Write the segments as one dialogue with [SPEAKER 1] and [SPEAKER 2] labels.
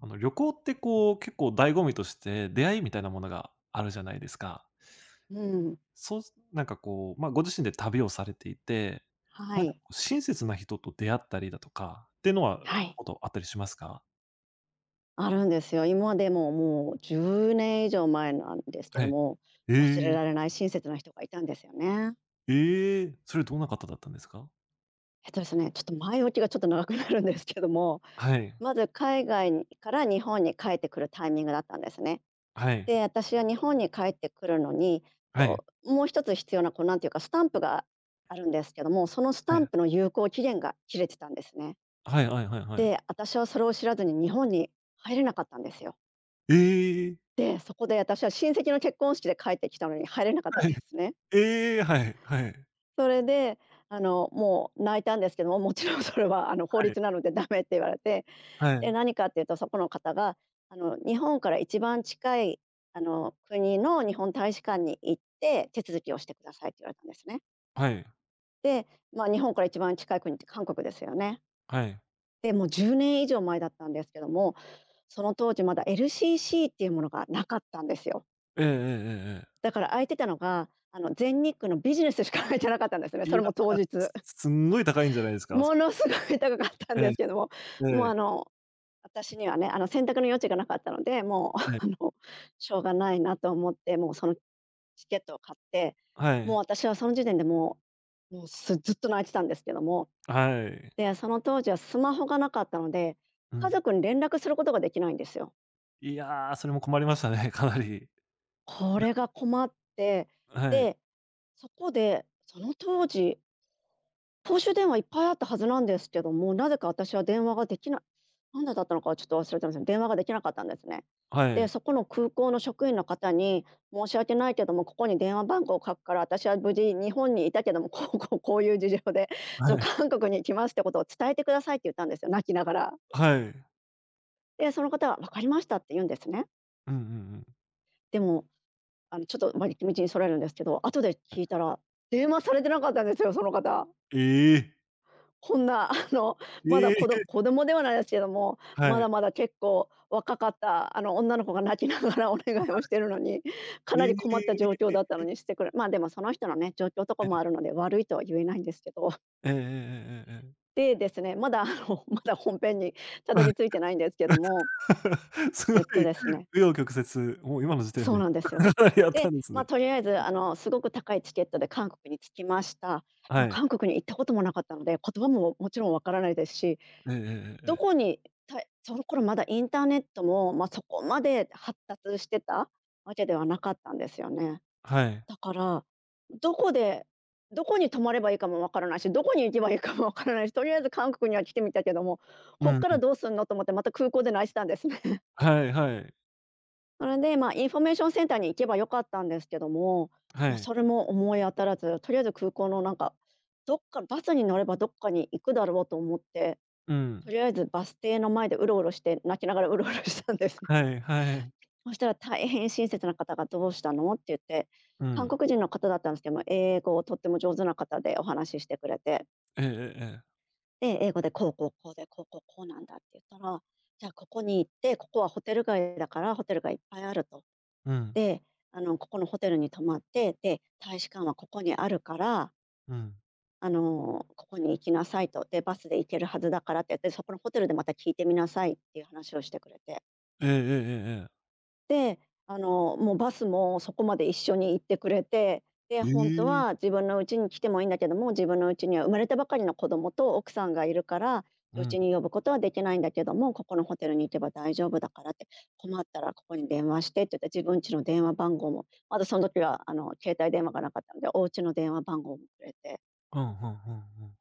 [SPEAKER 1] 旅行ってこう、結構醍醐味として出会いみたいなものがあるじゃないですか。
[SPEAKER 2] うん、
[SPEAKER 1] そう。なんかこう、まあ、ご自身で旅をされていて、
[SPEAKER 2] は
[SPEAKER 1] なんか
[SPEAKER 2] い。
[SPEAKER 1] こう親切な人と出会ったりだとかっていうのは、
[SPEAKER 2] はい。
[SPEAKER 1] ことあったりしますか？
[SPEAKER 2] あるんですよ。今でももう10年以上前なんですけ
[SPEAKER 1] は
[SPEAKER 2] ど
[SPEAKER 1] い。
[SPEAKER 2] も、
[SPEAKER 1] え
[SPEAKER 2] 忘れ
[SPEAKER 1] え、
[SPEAKER 2] られない親切な人がいたんですよね。
[SPEAKER 1] ええ、それどんな方だったんですか？
[SPEAKER 2] えっとですね、ちょっと前置きがちょっと長くなるんですけども、
[SPEAKER 1] はい、
[SPEAKER 2] まず海外にから日本に帰ってくるタイミングだったんですね。
[SPEAKER 1] はい、
[SPEAKER 2] で、私は日本に帰ってくるのに、
[SPEAKER 1] はい、
[SPEAKER 2] こう、もう一つ必要な、こう、なんていうか、スタンプがあるんですけども、そのス
[SPEAKER 1] は
[SPEAKER 2] タン
[SPEAKER 1] い、
[SPEAKER 2] プの有効期限が切れてたんですね。
[SPEAKER 1] はいはいはいはい。
[SPEAKER 2] で、私はそれを知らずに日本に入れなかったんですよ。
[SPEAKER 1] ええ、
[SPEAKER 2] で、そこで私は親戚の結婚式で帰ってきたのに入れなかったん
[SPEAKER 1] はい、
[SPEAKER 2] ですね。
[SPEAKER 1] ええ、はい、はい、
[SPEAKER 2] それで、もう泣いたんですけども、もちろんそれはあの法
[SPEAKER 1] はい、
[SPEAKER 2] 律なのでダメって言われて、
[SPEAKER 1] はい、
[SPEAKER 2] で、何かっていうと、そこの方が、日本から一番近い、国の日本大使館に行って手続きをしてくださいって言われたんですね。
[SPEAKER 1] はい、
[SPEAKER 2] で、まあ、日本から一番近い国って韓国ですよね。
[SPEAKER 1] はい。
[SPEAKER 2] で、もう10年以上前だったんですけども、その当時まだ LCC っていうものがなかったんですよ。
[SPEAKER 1] ええええええええ。
[SPEAKER 2] だから空いてたのが、全日空のビジネスしか空いてなかったんですね、
[SPEAKER 1] い
[SPEAKER 2] そ
[SPEAKER 1] や
[SPEAKER 2] れも当
[SPEAKER 1] ー、
[SPEAKER 2] 日。
[SPEAKER 1] すんごい高いんじゃないですか？そ
[SPEAKER 2] ものすごい高かったん
[SPEAKER 1] れ。
[SPEAKER 2] で
[SPEAKER 1] ええ。
[SPEAKER 2] すけども、
[SPEAKER 1] え
[SPEAKER 2] もう、
[SPEAKER 1] え、
[SPEAKER 2] 私にはね、選択の余地がなかったので、もう、
[SPEAKER 1] はい、
[SPEAKER 2] しょうがないなと思って、もうそのチケットを買って、
[SPEAKER 1] は
[SPEAKER 2] もう
[SPEAKER 1] い、
[SPEAKER 2] 私はその時点でもう、もう、すずっと泣いてたんですけども、
[SPEAKER 1] はい。
[SPEAKER 2] で、その当時はスマホがなかったので、
[SPEAKER 1] う
[SPEAKER 2] 家
[SPEAKER 1] ん。
[SPEAKER 2] 族に連絡することができないんですよ。
[SPEAKER 1] いや、それも困りましたね、かなり。
[SPEAKER 2] これが困って、
[SPEAKER 1] はい、
[SPEAKER 2] で、そこで、その当時公衆電話いっぱいあったはずなんですけども、なぜか私は電話ができない、なんでだったのかはちょっと忘れてますね。電話ができなかったんですね。
[SPEAKER 1] は
[SPEAKER 2] で、
[SPEAKER 1] い、
[SPEAKER 2] そこの空港の職員の方に「申し訳ないけども、ここに電話番号を書くから、私は無事日本にいたけども、こう こうこういう事情で、ちょっ
[SPEAKER 1] はい、
[SPEAKER 2] と韓国に来ますってことを伝えてください」って言ったんですよ、泣きながら。
[SPEAKER 1] はい。
[SPEAKER 2] で、その方は「分かりました」って言うんですね。
[SPEAKER 1] うんうんうん。
[SPEAKER 2] でも、あの、ちょっと、まあ、道に逸れるんですけど、後で聞いたら、電話されてなかったんですよ、その方。
[SPEAKER 1] ええ、
[SPEAKER 2] こんな、まだ
[SPEAKER 1] ええ、
[SPEAKER 2] 子供ではないですけども、ま
[SPEAKER 1] は
[SPEAKER 2] だ
[SPEAKER 1] い。
[SPEAKER 2] まだ結構若かった、女の子が泣きながら お願いをしてるのに、か
[SPEAKER 1] え
[SPEAKER 2] なり困
[SPEAKER 1] え、
[SPEAKER 2] った状
[SPEAKER 1] え
[SPEAKER 2] 況だったのにしてくれ、まあ、でもその人のね、状況とかもあるので、悪いとは言えないんですけど。
[SPEAKER 1] ええええええええええ。
[SPEAKER 2] でですね、まだ、まだ本編にたどり着いてないんですけども、
[SPEAKER 1] すご
[SPEAKER 2] え
[SPEAKER 1] い
[SPEAKER 2] っとですね
[SPEAKER 1] 紆余曲折、もう今の時点
[SPEAKER 2] そう
[SPEAKER 1] で
[SPEAKER 2] なんですよ。
[SPEAKER 1] かなりあった
[SPEAKER 2] で、
[SPEAKER 1] んです
[SPEAKER 2] まあ、
[SPEAKER 1] ね。
[SPEAKER 2] とりあえず、すごく高いチケットで韓国に着きました。で
[SPEAKER 1] は
[SPEAKER 2] も
[SPEAKER 1] い。
[SPEAKER 2] 韓国に行ったこともなかったので、言葉ももちろんわからないですし、
[SPEAKER 1] ええええええ
[SPEAKER 2] ど
[SPEAKER 1] ええ。
[SPEAKER 2] こに、たその頃まだインターネットも、まあ、そこまで発達してたわけではなかったんですよね。
[SPEAKER 1] はい。
[SPEAKER 2] だから、どこでどこに泊まればいいかもわからないし、どこに行けばいいかもわからないし、とりあえず韓国には来てみたけども、
[SPEAKER 1] う
[SPEAKER 2] こ
[SPEAKER 1] ん
[SPEAKER 2] っか
[SPEAKER 1] う
[SPEAKER 2] ら
[SPEAKER 1] ん。
[SPEAKER 2] どうすんのと思ってまた空港で泣いてたんですね。
[SPEAKER 1] はいはい。
[SPEAKER 2] それで、まあ、インフォメーションセンターに行けばよかったんですけども、
[SPEAKER 1] は
[SPEAKER 2] まあ、
[SPEAKER 1] い。
[SPEAKER 2] それも思い当たらず、とりあえず空港のなんか、どっかバスに乗ればどっかに行くだろうと思って
[SPEAKER 1] う
[SPEAKER 2] と
[SPEAKER 1] ん。
[SPEAKER 2] りあえずバス停の前でうろうろして、泣きながらうろうろしたんですね。
[SPEAKER 1] は いはい。
[SPEAKER 2] そしたら大変親切な方が「どうしたの？」って言って、
[SPEAKER 1] う
[SPEAKER 2] 韓
[SPEAKER 1] ん。
[SPEAKER 2] 国人の方だったんですけども、英語をとっても上手な方でお話ししてくれて、
[SPEAKER 1] ええええええ。
[SPEAKER 2] で、英語で「こうこうこうで、こうこうこうなんだ」って言ったら、「じゃあここに行って、ここはホテル街だからホテルがいっぱいある」と。
[SPEAKER 1] うん、
[SPEAKER 2] で、あの「ここのホテルに泊まって、で、大使館はここにあるから、
[SPEAKER 1] うん。
[SPEAKER 2] あの、ここに行きなさい」と。で「バスで行けるはずだから」って言って「そこのホテルでまた聞いてみなさい」っていう話をしてくれて。
[SPEAKER 1] ええええええええ。
[SPEAKER 2] で、もうバスもそこまで一緒に行ってくれて、で、
[SPEAKER 1] え
[SPEAKER 2] 本当
[SPEAKER 1] え。
[SPEAKER 2] は自分の家に来てもいいんだけども、自分の家には生まれたばかりの子供と奥さんがいるから、
[SPEAKER 1] うん。
[SPEAKER 2] 家に呼ぶことはできないんだけども、ここのホテルに行けば大丈夫だからって、困ったらここに電話してって言って、自分家の電話番号も、まだその時はあの携帯電話がなかったので、お家の電話番号もくれて。
[SPEAKER 1] うんうんうんうん。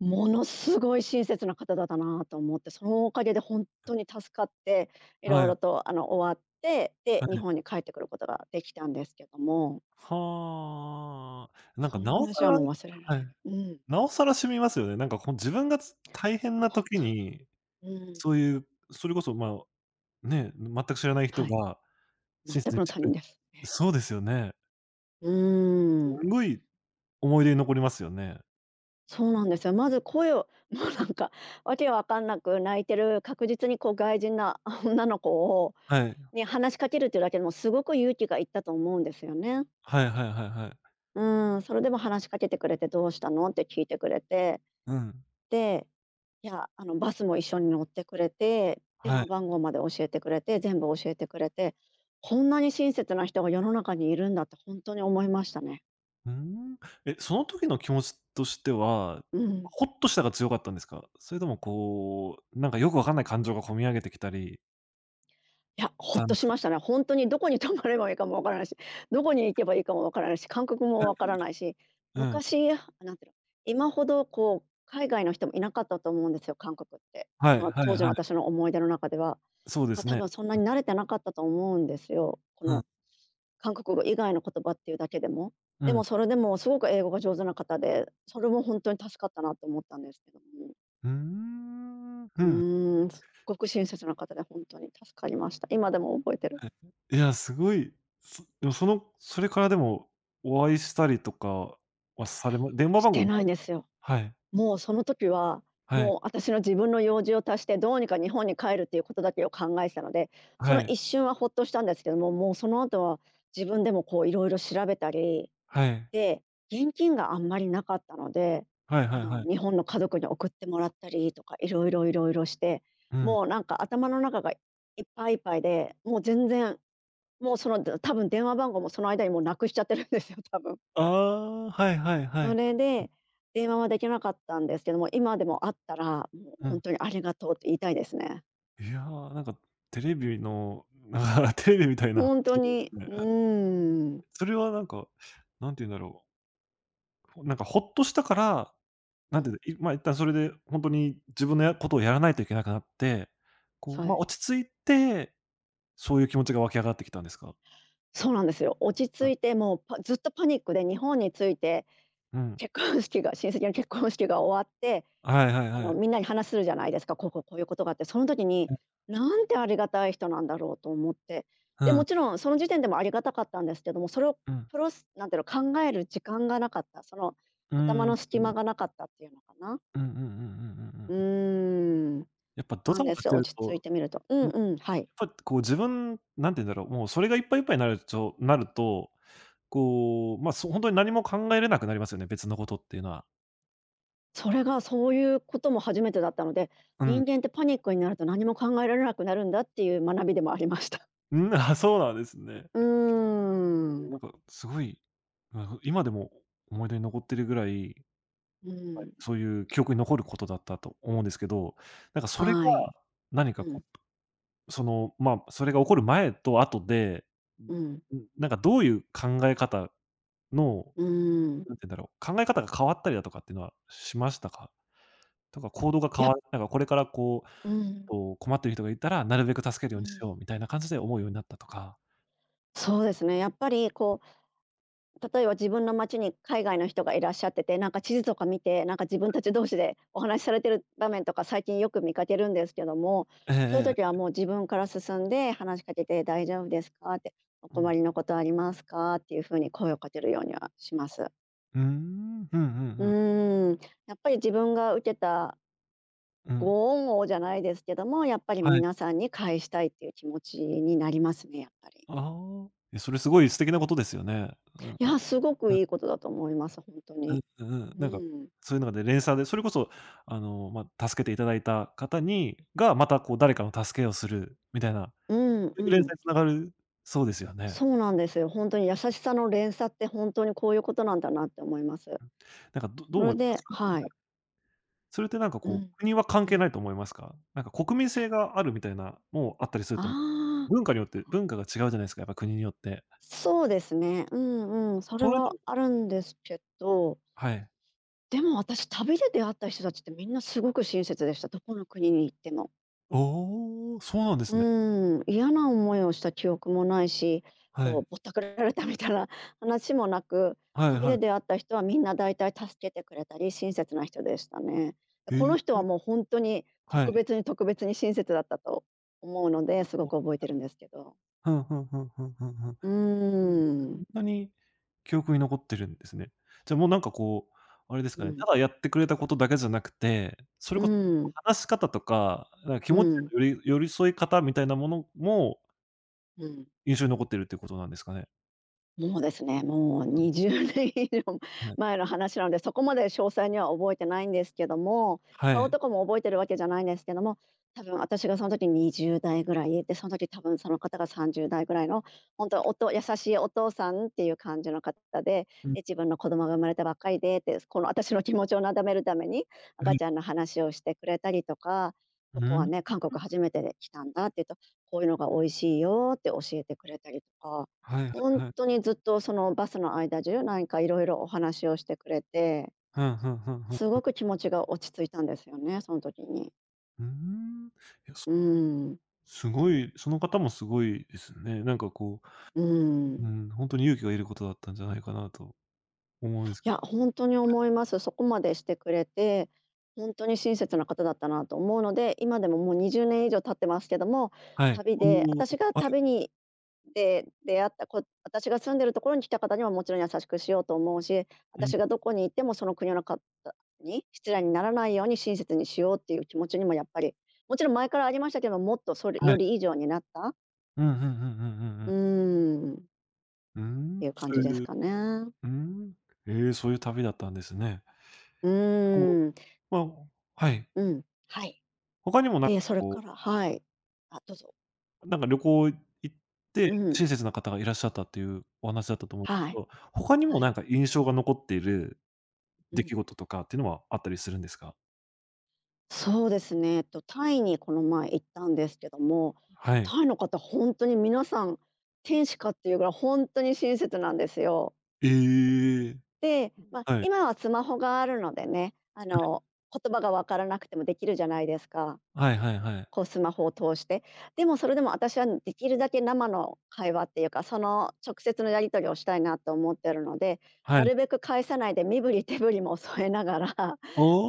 [SPEAKER 2] ものすごい親切な方だったなと思って、そのおかげで本当に助かって、いろ
[SPEAKER 1] は
[SPEAKER 2] いろ
[SPEAKER 1] い、
[SPEAKER 2] と終わって、で、
[SPEAKER 1] は
[SPEAKER 2] 日本
[SPEAKER 1] い。
[SPEAKER 2] に帰ってくることができたんですけども、
[SPEAKER 1] はあ。なん
[SPEAKER 2] そ
[SPEAKER 1] か
[SPEAKER 2] の
[SPEAKER 1] なおさ
[SPEAKER 2] 話は
[SPEAKER 1] ら
[SPEAKER 2] もう忘れられな
[SPEAKER 1] はい。
[SPEAKER 2] い。うん、
[SPEAKER 1] なおさら染みますよね。なんかこう自分が大変な
[SPEAKER 2] 本
[SPEAKER 1] 時
[SPEAKER 2] 当に。
[SPEAKER 1] に、
[SPEAKER 2] うん、
[SPEAKER 1] そういう、それこそ、まあ、ね、全く知らない人
[SPEAKER 2] はい、
[SPEAKER 1] が親
[SPEAKER 2] 全
[SPEAKER 1] 切
[SPEAKER 2] く
[SPEAKER 1] に
[SPEAKER 2] の
[SPEAKER 1] して
[SPEAKER 2] 他
[SPEAKER 1] くれ、
[SPEAKER 2] 人です。ええ。
[SPEAKER 1] そうですよね。
[SPEAKER 2] うー
[SPEAKER 1] す
[SPEAKER 2] ん、
[SPEAKER 1] んごい思い出に残りますよね。
[SPEAKER 2] そうなんですよ。まず声を もうなんか、わけわかんなく泣いてる、確実にこう外人な 女の子を
[SPEAKER 1] はい。
[SPEAKER 2] に話しかけるっていうだけでもすごく勇気がいったと思うんですよね。
[SPEAKER 1] はいはいはいはい。
[SPEAKER 2] うん、それでも話しかけてくれて「どうしたの？」って聞いてくれて、
[SPEAKER 1] うん。
[SPEAKER 2] で、いや、バスも一緒に乗ってくれて、電
[SPEAKER 1] は
[SPEAKER 2] 話
[SPEAKER 1] い。
[SPEAKER 2] 番号まで教えてくれて、全部教えてくれて、こんなに親切な人が世の中にいるんだって本当に思いましたね。
[SPEAKER 1] うーん。その時の気持ちとしては、
[SPEAKER 2] うん。
[SPEAKER 1] ほっとしたが強かったんですか？それともこう、なんかよくわかんない感情がこみ上げてきたり
[SPEAKER 2] いや、
[SPEAKER 1] し
[SPEAKER 2] ほっ
[SPEAKER 1] たん
[SPEAKER 2] と
[SPEAKER 1] です
[SPEAKER 2] し
[SPEAKER 1] か？
[SPEAKER 2] ましたね。本当にどこに泊まればいいかもわからないし、どこに行けばいいかもわからないし、感覚もわからないし、
[SPEAKER 1] うん、うん。
[SPEAKER 2] 昔、なんていうの、今ほどこう海外の人もいなかったと思うんですよ、韓国って。
[SPEAKER 1] は
[SPEAKER 2] そ
[SPEAKER 1] い
[SPEAKER 2] の
[SPEAKER 1] はい
[SPEAKER 2] 当時の
[SPEAKER 1] はい。
[SPEAKER 2] 私の思い出の中では。
[SPEAKER 1] そう
[SPEAKER 2] だ
[SPEAKER 1] で
[SPEAKER 2] から
[SPEAKER 1] す
[SPEAKER 2] 多
[SPEAKER 1] ね。
[SPEAKER 2] 分そんなに慣れてなかったと思うんですよ。こ
[SPEAKER 1] う
[SPEAKER 2] の
[SPEAKER 1] ん、
[SPEAKER 2] 韓国語以外の言葉っていうだけでも。
[SPEAKER 1] う
[SPEAKER 2] でも
[SPEAKER 1] ん。
[SPEAKER 2] それでもすごく英語が上手な方で、それも本当に助かったなと思ったんですけども。
[SPEAKER 1] うーん。う
[SPEAKER 2] う
[SPEAKER 1] ん。
[SPEAKER 2] ーん、すっごく親切な方で本当に助かりました。今でも覚えてる。
[SPEAKER 1] はい。いや、すごい、でもそのそれからでも、お会いしたりとかはされま電話
[SPEAKER 2] し
[SPEAKER 1] 番
[SPEAKER 2] て
[SPEAKER 1] 号も。
[SPEAKER 2] ないんですよ。
[SPEAKER 1] はい
[SPEAKER 2] もうその時は、
[SPEAKER 1] はい
[SPEAKER 2] もう私の自分の用事を足して、どうにか日本に帰るっていうことだけを考えてたので、
[SPEAKER 1] は
[SPEAKER 2] その
[SPEAKER 1] い
[SPEAKER 2] 一瞬はほっとしたんですけども、もうその後は自分でもこういろいろ調べたり、
[SPEAKER 1] はい
[SPEAKER 2] で、現金があんまりなかったので、
[SPEAKER 1] はいは
[SPEAKER 2] あ
[SPEAKER 1] い
[SPEAKER 2] の
[SPEAKER 1] はい。
[SPEAKER 2] 日本の家族に送ってもらったりとか、いろいろして、
[SPEAKER 1] うん。
[SPEAKER 2] もうなんか頭の中がいっぱいいっぱいで、もう全然、もうその多分電話番号もその間にもうなくしちゃってるんですよ、多分。
[SPEAKER 1] ああ、はいはいは
[SPEAKER 2] そ
[SPEAKER 1] い。
[SPEAKER 2] れで、電話はできなかったんですけども、今でも会ったら、もう
[SPEAKER 1] う
[SPEAKER 2] 本
[SPEAKER 1] ん。
[SPEAKER 2] 当にありがとうって言いたいですね。
[SPEAKER 1] いや、なんかテレビの、なんかテレビみたいな
[SPEAKER 2] 本当
[SPEAKER 1] 話です
[SPEAKER 2] に、
[SPEAKER 1] ね。
[SPEAKER 2] ん。
[SPEAKER 1] それはなんか、なんて言うんだろう、なんかほっとしたから、
[SPEAKER 2] う
[SPEAKER 1] なんてい
[SPEAKER 2] ん。
[SPEAKER 1] うの、いま、一旦それでほんとに自分のや、ことをやらないといけなくなって、こう、
[SPEAKER 2] そうで
[SPEAKER 1] ま、
[SPEAKER 2] す。
[SPEAKER 1] 落ち着いて、そういう気持ちが湧き上がってきたんですか？
[SPEAKER 2] そうなんですよ。落ち
[SPEAKER 1] う
[SPEAKER 2] 着
[SPEAKER 1] ん、
[SPEAKER 2] いて、もうずっとパニックで日本に着いて、
[SPEAKER 1] うん。
[SPEAKER 2] 結婚式が親戚の結婚式が終わって、
[SPEAKER 1] はいはいはい。
[SPEAKER 2] みんなに話するじゃないですか、こうこうこういうことがあって、その時に、なんてありがたい人なんだろうと思って。
[SPEAKER 1] う
[SPEAKER 2] で、
[SPEAKER 1] ん、うん、
[SPEAKER 2] もちろんその時点でもありがたかったんですけども、それを
[SPEAKER 1] うん、
[SPEAKER 2] プロスなんていうの、考える時間がなかった、その
[SPEAKER 1] う
[SPEAKER 2] 頭
[SPEAKER 1] ん、うん、
[SPEAKER 2] の隙間がなかったっていうのかな。
[SPEAKER 1] うんうんうんうんうん
[SPEAKER 2] う
[SPEAKER 1] うん。
[SPEAKER 2] ーん、
[SPEAKER 1] やっぱド
[SPEAKER 2] なん
[SPEAKER 1] タバ
[SPEAKER 2] で
[SPEAKER 1] タ
[SPEAKER 2] す
[SPEAKER 1] し
[SPEAKER 2] よ、
[SPEAKER 1] てる
[SPEAKER 2] 落ち着い
[SPEAKER 1] と、
[SPEAKER 2] てみると。うん
[SPEAKER 1] うん、や
[SPEAKER 2] うん、はい。
[SPEAKER 1] っぱこう自分、なんて言うんだろう、もうそれがいっぱいいっぱいになると、こう、まあ、そう、ほんとに何も考えれなくなりますよね、別のことっていうのは。
[SPEAKER 2] それがそういうことも初めてだったので、
[SPEAKER 1] うん。
[SPEAKER 2] 人間ってパニックになると何も考えられなくなるんだっていう学びでもありました。
[SPEAKER 1] うん、あ、そうなんですね。
[SPEAKER 2] うーん、
[SPEAKER 1] なんかすごい、今でも思い出に残ってるぐらい、
[SPEAKER 2] う
[SPEAKER 1] はい。
[SPEAKER 2] ん、
[SPEAKER 1] そういう記憶に残ることだったと思うんですけど、なんかそれが
[SPEAKER 2] はい。
[SPEAKER 1] 何か
[SPEAKER 2] うん、
[SPEAKER 1] こう、まあ、それが起こる前と後で、
[SPEAKER 2] うん。
[SPEAKER 1] うん、なんかどういう考え方の、
[SPEAKER 2] うん、
[SPEAKER 1] なんて言うんだろう、考え方が変わったりだとかっていうのはしましたか？とか行動が
[SPEAKER 2] やっ
[SPEAKER 1] なんかこれからこう
[SPEAKER 2] うん、
[SPEAKER 1] と、困ってる人がいたら、なるべく助けるよ
[SPEAKER 2] う
[SPEAKER 1] うにし
[SPEAKER 2] ん。
[SPEAKER 1] ようみたいな感じで思うようになったとか。
[SPEAKER 2] そうですね、やっぱり、例えば自分の町に海外の人がいらっしゃってて、なんか地図とか見て、なんか自分たち同士でお話しされてる場面とか最近よく見かけるんですけども、
[SPEAKER 1] ええ
[SPEAKER 2] そういう
[SPEAKER 1] え
[SPEAKER 2] 時は
[SPEAKER 1] え、
[SPEAKER 2] もう自分から進んで話しかけて「大丈夫ですか？」って、「お
[SPEAKER 1] う
[SPEAKER 2] 困
[SPEAKER 1] ん。
[SPEAKER 2] りのことありますか？」っていうふうに声をかけるようにはします。
[SPEAKER 1] うーん、うんうん
[SPEAKER 2] う
[SPEAKER 1] うん。
[SPEAKER 2] ーん、やっぱり自分が受けた
[SPEAKER 1] うん。
[SPEAKER 2] ご恩をじゃないですけども、やっぱり
[SPEAKER 1] はい。
[SPEAKER 2] 皆さんに返したいっていう気持ちになりますね、やっぱり。
[SPEAKER 1] ああ、え、それすごい素敵なことですよね。なん
[SPEAKER 2] いや、
[SPEAKER 1] か、
[SPEAKER 2] すごく
[SPEAKER 1] うん、
[SPEAKER 2] いいことだと思います、本当
[SPEAKER 1] う
[SPEAKER 2] に。
[SPEAKER 1] ん、うんうん、
[SPEAKER 2] う
[SPEAKER 1] なんか、
[SPEAKER 2] ん。
[SPEAKER 1] そういうのがで、連鎖で、それこそ、ま、助けていただいた方にが、またこう誰かの助けをするみたいな、
[SPEAKER 2] うん
[SPEAKER 1] そういう
[SPEAKER 2] う
[SPEAKER 1] 連鎖
[SPEAKER 2] ん。
[SPEAKER 1] に繋がる。そうですよね。
[SPEAKER 2] そうなんですよ。本当に優しさの連鎖って本当にこういうことなんだなって思います。
[SPEAKER 1] なんかど
[SPEAKER 2] そ
[SPEAKER 1] う思
[SPEAKER 2] れ
[SPEAKER 1] います
[SPEAKER 2] で
[SPEAKER 1] か？それっ
[SPEAKER 2] はい。
[SPEAKER 1] て、それってなんか
[SPEAKER 2] う
[SPEAKER 1] こ
[SPEAKER 2] ん。
[SPEAKER 1] う、国は関
[SPEAKER 2] う
[SPEAKER 1] 係
[SPEAKER 2] ん。
[SPEAKER 1] ないと思いますか？なんか国民性があるみたいな、もうあったりする
[SPEAKER 2] あ
[SPEAKER 1] と思う、
[SPEAKER 2] あ、
[SPEAKER 1] 文化によって文化が違うじゃないですか、やっぱ国によって。
[SPEAKER 2] そうですね。うんうん、それ
[SPEAKER 1] そういう
[SPEAKER 2] は
[SPEAKER 1] の。
[SPEAKER 2] あるんですけど、
[SPEAKER 1] はい。
[SPEAKER 2] でも私、旅で出会った人たちってみんなすごく親切でした。どこの国に行っても。
[SPEAKER 1] おお、そうなんで
[SPEAKER 2] う
[SPEAKER 1] すね。
[SPEAKER 2] ん、嫌な思いをした記憶もないし、
[SPEAKER 1] はい。
[SPEAKER 2] ぼったくられたみたいな 話もなく、
[SPEAKER 1] はい
[SPEAKER 2] 旅
[SPEAKER 1] は
[SPEAKER 2] で出会
[SPEAKER 1] い。
[SPEAKER 2] った人はみんな大体助けてくれたり親切な人でしたね。
[SPEAKER 1] へえ、は
[SPEAKER 2] こ
[SPEAKER 1] い
[SPEAKER 2] の人
[SPEAKER 1] え
[SPEAKER 2] は
[SPEAKER 1] え
[SPEAKER 2] もう本当に
[SPEAKER 1] は
[SPEAKER 2] 特
[SPEAKER 1] い、
[SPEAKER 2] 別に特別に親切だったと思うので、すごく覚えてるんですけど。
[SPEAKER 1] ふんふんふんふんふんふん。うん。
[SPEAKER 2] うー
[SPEAKER 1] そん
[SPEAKER 2] ん。
[SPEAKER 1] なに記憶に残ってるんですね。じゃあもうなんかこう、あれですか
[SPEAKER 2] う
[SPEAKER 1] ね、
[SPEAKER 2] ん。
[SPEAKER 1] ただやってくれたことだけじゃなくて、それ
[SPEAKER 2] う
[SPEAKER 1] こそ
[SPEAKER 2] ん。
[SPEAKER 1] 話し方とか、なんか気
[SPEAKER 2] う
[SPEAKER 1] 持ち
[SPEAKER 2] ん。
[SPEAKER 1] へのより寄り添い方みたいなものも
[SPEAKER 2] うん。
[SPEAKER 1] 印象に残ってるってことなんですかね？
[SPEAKER 2] もうですね、もう20年以上
[SPEAKER 1] はい。
[SPEAKER 2] 前の話なので、そこまで詳細には覚えてないんですけども、
[SPEAKER 1] は
[SPEAKER 2] 顔
[SPEAKER 1] い。
[SPEAKER 2] とかも覚えてるわけじゃないんですけども、多分私がその時20代ぐらいで、その時多分その方が30代ぐらいの、本当おと優しいお父さんっていう感じの方で、
[SPEAKER 1] うん、
[SPEAKER 2] で、自分の子供が生まれたばっかりでって、この私の気持ちをなだめるために、
[SPEAKER 1] う
[SPEAKER 2] 赤
[SPEAKER 1] ん。
[SPEAKER 2] ちゃんの話をしてくれたりとか、
[SPEAKER 1] う
[SPEAKER 2] ここは
[SPEAKER 1] ん。
[SPEAKER 2] ね、韓国初めて来たんだって言うと、こういうのが美味しいよって教えてくれたりとか。
[SPEAKER 1] はいはい
[SPEAKER 2] 本
[SPEAKER 1] は
[SPEAKER 2] 当
[SPEAKER 1] い。
[SPEAKER 2] にずっとそのバスの間中、なんかいろいろお話をしてくれて、
[SPEAKER 1] ふんふんふんふん。
[SPEAKER 2] すごく気持ちが落ち着いたんですよね、その時に。
[SPEAKER 1] うーん。いや、す
[SPEAKER 2] うん、
[SPEAKER 1] すごい、その方もすごいですね。なんかこ
[SPEAKER 2] う
[SPEAKER 1] う、う
[SPEAKER 2] ん。
[SPEAKER 1] ん、ほんとに勇気がいることだったんじゃないかなと思うんです
[SPEAKER 2] い
[SPEAKER 1] け
[SPEAKER 2] や、
[SPEAKER 1] ど。
[SPEAKER 2] 本当に思います。そこまでしてくれて、本当に親切な方だったなと思うので、今でももう20年以上経ってますけども、
[SPEAKER 1] はい。
[SPEAKER 2] 旅
[SPEAKER 1] お
[SPEAKER 2] で
[SPEAKER 1] お、
[SPEAKER 2] 私が
[SPEAKER 1] は
[SPEAKER 2] 旅にで、出会った私が住んでるところに来た方にはもちろん優しくしようと思うし、
[SPEAKER 1] い、うん、
[SPEAKER 2] 私がどこにいてもその国の方に失礼にならないように親切にしようっていう気持ちにもやっぱり、もちろん前からありましたけど、もっとそれ
[SPEAKER 1] は
[SPEAKER 2] よ
[SPEAKER 1] い。
[SPEAKER 2] り以上になった、
[SPEAKER 1] うんうんうんうんうんう
[SPEAKER 2] う
[SPEAKER 1] ん。
[SPEAKER 2] ーん、っ
[SPEAKER 1] うーん、
[SPEAKER 2] ていう感
[SPEAKER 1] そう
[SPEAKER 2] じです
[SPEAKER 1] いう
[SPEAKER 2] かね。
[SPEAKER 1] うーん。ええ、そういう旅だったんですね。
[SPEAKER 2] う
[SPEAKER 1] こ
[SPEAKER 2] ーん、
[SPEAKER 1] う、まあ。はい。
[SPEAKER 2] うん、はい。
[SPEAKER 1] 他にもなん
[SPEAKER 2] で、それ
[SPEAKER 1] こ
[SPEAKER 2] から
[SPEAKER 1] う
[SPEAKER 2] はい。あ、どうぞ。
[SPEAKER 1] なんか旅行行って、
[SPEAKER 2] うん、
[SPEAKER 1] 親切な方がいらっしゃったっていうお話だったと思うんですけ
[SPEAKER 2] はい、
[SPEAKER 1] ど、他にも
[SPEAKER 2] は
[SPEAKER 1] なん
[SPEAKER 2] い、
[SPEAKER 1] か印象が残っている
[SPEAKER 2] う
[SPEAKER 1] 出来
[SPEAKER 2] ん。
[SPEAKER 1] 事とかっていうのはあったりするんですか？
[SPEAKER 2] そうですね。えっと、タイにこの前行ったんですけども、
[SPEAKER 1] はい。
[SPEAKER 2] タイの方本当に皆さん天使かっていうぐらい本当に親切なんですよ。
[SPEAKER 1] ええ。
[SPEAKER 2] で、まあ、
[SPEAKER 1] はい。
[SPEAKER 2] 今はスマホがあるのでね、言葉が分からなくてもできるじゃないですか。
[SPEAKER 1] はいはいはい。
[SPEAKER 2] こうスマホを通して。でもそれでも私はできるだけ生の会話っていうか、その直接のやり取りをしたいなと思ってるので、
[SPEAKER 1] は
[SPEAKER 2] な
[SPEAKER 1] い。
[SPEAKER 2] るべく返さないで身振り手振りも添えながら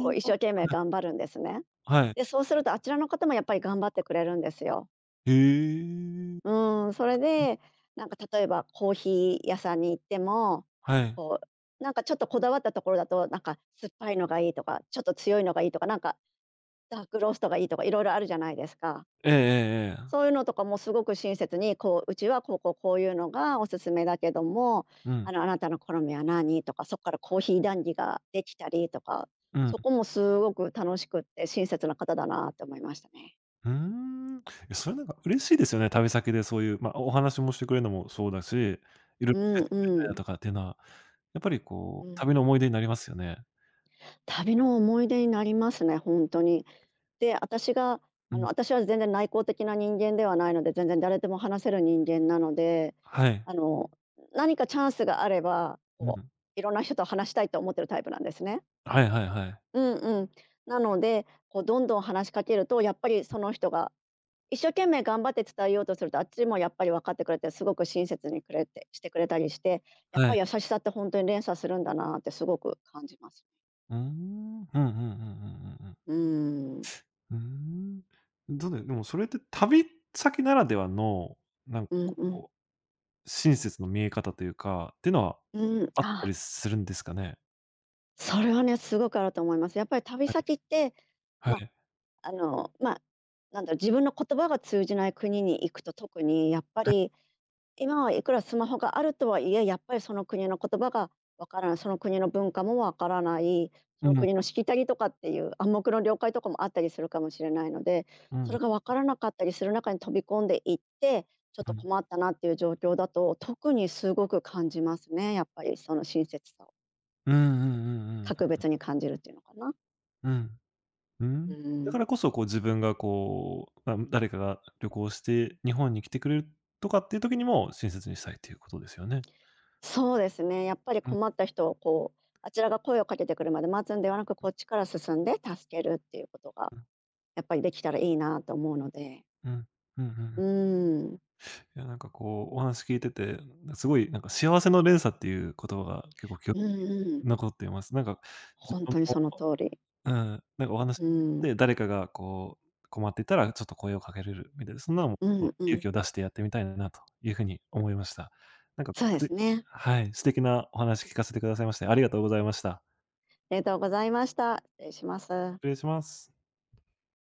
[SPEAKER 2] こう一生
[SPEAKER 1] あ、
[SPEAKER 2] 懸命頑張るんですね。
[SPEAKER 1] はい。
[SPEAKER 2] で、そうするとあちらの方もやっぱり頑張ってくれるんですよ。
[SPEAKER 1] へえ。
[SPEAKER 2] うん、それで、なんか例えばコーヒー屋さんに行っても、
[SPEAKER 1] はい。
[SPEAKER 2] こなんかちょっとこだわったところだと、なんか酸っぱいのがいいとか、ちょっと強いのがいいとか、なんかダークローストがいいとかいろいろあるじゃないですか。
[SPEAKER 1] ええええええ。
[SPEAKER 2] そういうのとかもすごく親切に、こう「うちはこうこうこういうのがおすすめだけども、
[SPEAKER 1] うん、
[SPEAKER 2] あなたの好みは何？」とか、そこからコーヒー談義ができたりとか、
[SPEAKER 1] うん。
[SPEAKER 2] そこもすごく楽しくって親切な方だなって思いましたね。
[SPEAKER 1] うーん。え、それなんか嬉しいですよね、旅先でそういう、ま、お話もしてくれるのもそうだし、いろいろ
[SPEAKER 2] う
[SPEAKER 1] 教え
[SPEAKER 2] ん
[SPEAKER 1] てくれ
[SPEAKER 2] う
[SPEAKER 1] たりだ
[SPEAKER 2] ん。
[SPEAKER 1] とかっていうのは、やっぱり
[SPEAKER 2] う
[SPEAKER 1] こう、
[SPEAKER 2] ん。
[SPEAKER 1] 旅の思い出になりますよね。
[SPEAKER 2] 旅の思い出になりますね、本当に。で、私が、
[SPEAKER 1] うん。
[SPEAKER 2] 私は全然内向的な人間ではないので、全然誰でも話せる人間なので、
[SPEAKER 1] はい。
[SPEAKER 2] あの、何かチャンスがあれば、
[SPEAKER 1] うん。
[SPEAKER 2] いろんな人と話したいと思ってるタイプなんですね。
[SPEAKER 1] はいはいはい。
[SPEAKER 2] うんうん。なので、こうどんどん話しかけると、やっぱりその人が一生懸命頑張って伝えようとすると、あっちもやっぱり分かってくれて、すごく親切にくれてしてくれたりして、やっ
[SPEAKER 1] は
[SPEAKER 2] ぱ
[SPEAKER 1] い。
[SPEAKER 2] り優しさって本当に連鎖するんだなってすごく感じます。
[SPEAKER 1] うーん。うんうんうんうん
[SPEAKER 2] うん。
[SPEAKER 1] うんうんうん。うーん。どうだよでもそれって旅先ならではの、なんか
[SPEAKER 2] うんうん。
[SPEAKER 1] こう、親切の見え方というか、っていうのは
[SPEAKER 2] うん、
[SPEAKER 1] あった
[SPEAKER 2] あ
[SPEAKER 1] りするんですかね？
[SPEAKER 2] それはね、すごくあると思います。やっぱり旅
[SPEAKER 1] はい。
[SPEAKER 2] 先って、
[SPEAKER 1] は
[SPEAKER 2] ま
[SPEAKER 1] い。
[SPEAKER 2] あ、まあ、なんだろう、自分の言葉が通じない国に行くと特にやっぱ
[SPEAKER 1] はい。
[SPEAKER 2] り今はいくらスマホがあるとはいえ、やっぱりその国の言葉がわからない、その国の文化もわからない、そ
[SPEAKER 1] う
[SPEAKER 2] の
[SPEAKER 1] ん。
[SPEAKER 2] 国のしきたりとかっていう暗黙の了解とかもあったりするかもしれないので、
[SPEAKER 1] うん
[SPEAKER 2] そ
[SPEAKER 1] う
[SPEAKER 2] れ
[SPEAKER 1] ん
[SPEAKER 2] がわからなかったりする中に飛び込んでいって、ちょっ
[SPEAKER 1] う
[SPEAKER 2] と
[SPEAKER 1] ん。
[SPEAKER 2] 困ったなっていう状況だと、特にすごく感じますね。やっぱりその親切さを
[SPEAKER 1] うんうんうんうんうん。
[SPEAKER 2] 格別に感じるっていうのかな。
[SPEAKER 1] うん。う
[SPEAKER 2] う
[SPEAKER 1] ん。だか
[SPEAKER 2] ん。
[SPEAKER 1] らこそ、こう自分がこう、まあ、誰かが旅行して日本に来てくれるとかっていう時にも親切にしたいということですよね。
[SPEAKER 2] そうですね。やっぱり
[SPEAKER 1] うんうん。
[SPEAKER 2] 困った人をこう、あちらが声をかけてくるまで待つんではなく、こっちから進んで助けるっていうことが
[SPEAKER 1] うん。
[SPEAKER 2] やっぱりできたらいいなと思うので。
[SPEAKER 1] うんうんうん。
[SPEAKER 2] うーん。
[SPEAKER 1] いや、なんかこう、お話聞いてて、すごいなんか幸せの連鎖っていう言葉が結構
[SPEAKER 2] うんうん。
[SPEAKER 1] 残っています。なんか自
[SPEAKER 2] ほん
[SPEAKER 1] 分
[SPEAKER 2] とに
[SPEAKER 1] も、
[SPEAKER 2] その通り。
[SPEAKER 1] うん、なんかお話
[SPEAKER 2] うん。
[SPEAKER 1] で誰かがこう困っていたらちょっと声をかけれるみたいな、そんなの
[SPEAKER 2] う
[SPEAKER 1] も
[SPEAKER 2] んう
[SPEAKER 1] 勇
[SPEAKER 2] ん。
[SPEAKER 1] 気を出してやってみたいなというふうに思いました。なんか、
[SPEAKER 2] そうで
[SPEAKER 1] す
[SPEAKER 2] すね。
[SPEAKER 1] はい、素敵なお話聞かせてくださいまして、ありがとうございました。
[SPEAKER 2] ありがとうございました。失礼します。
[SPEAKER 1] 失礼します。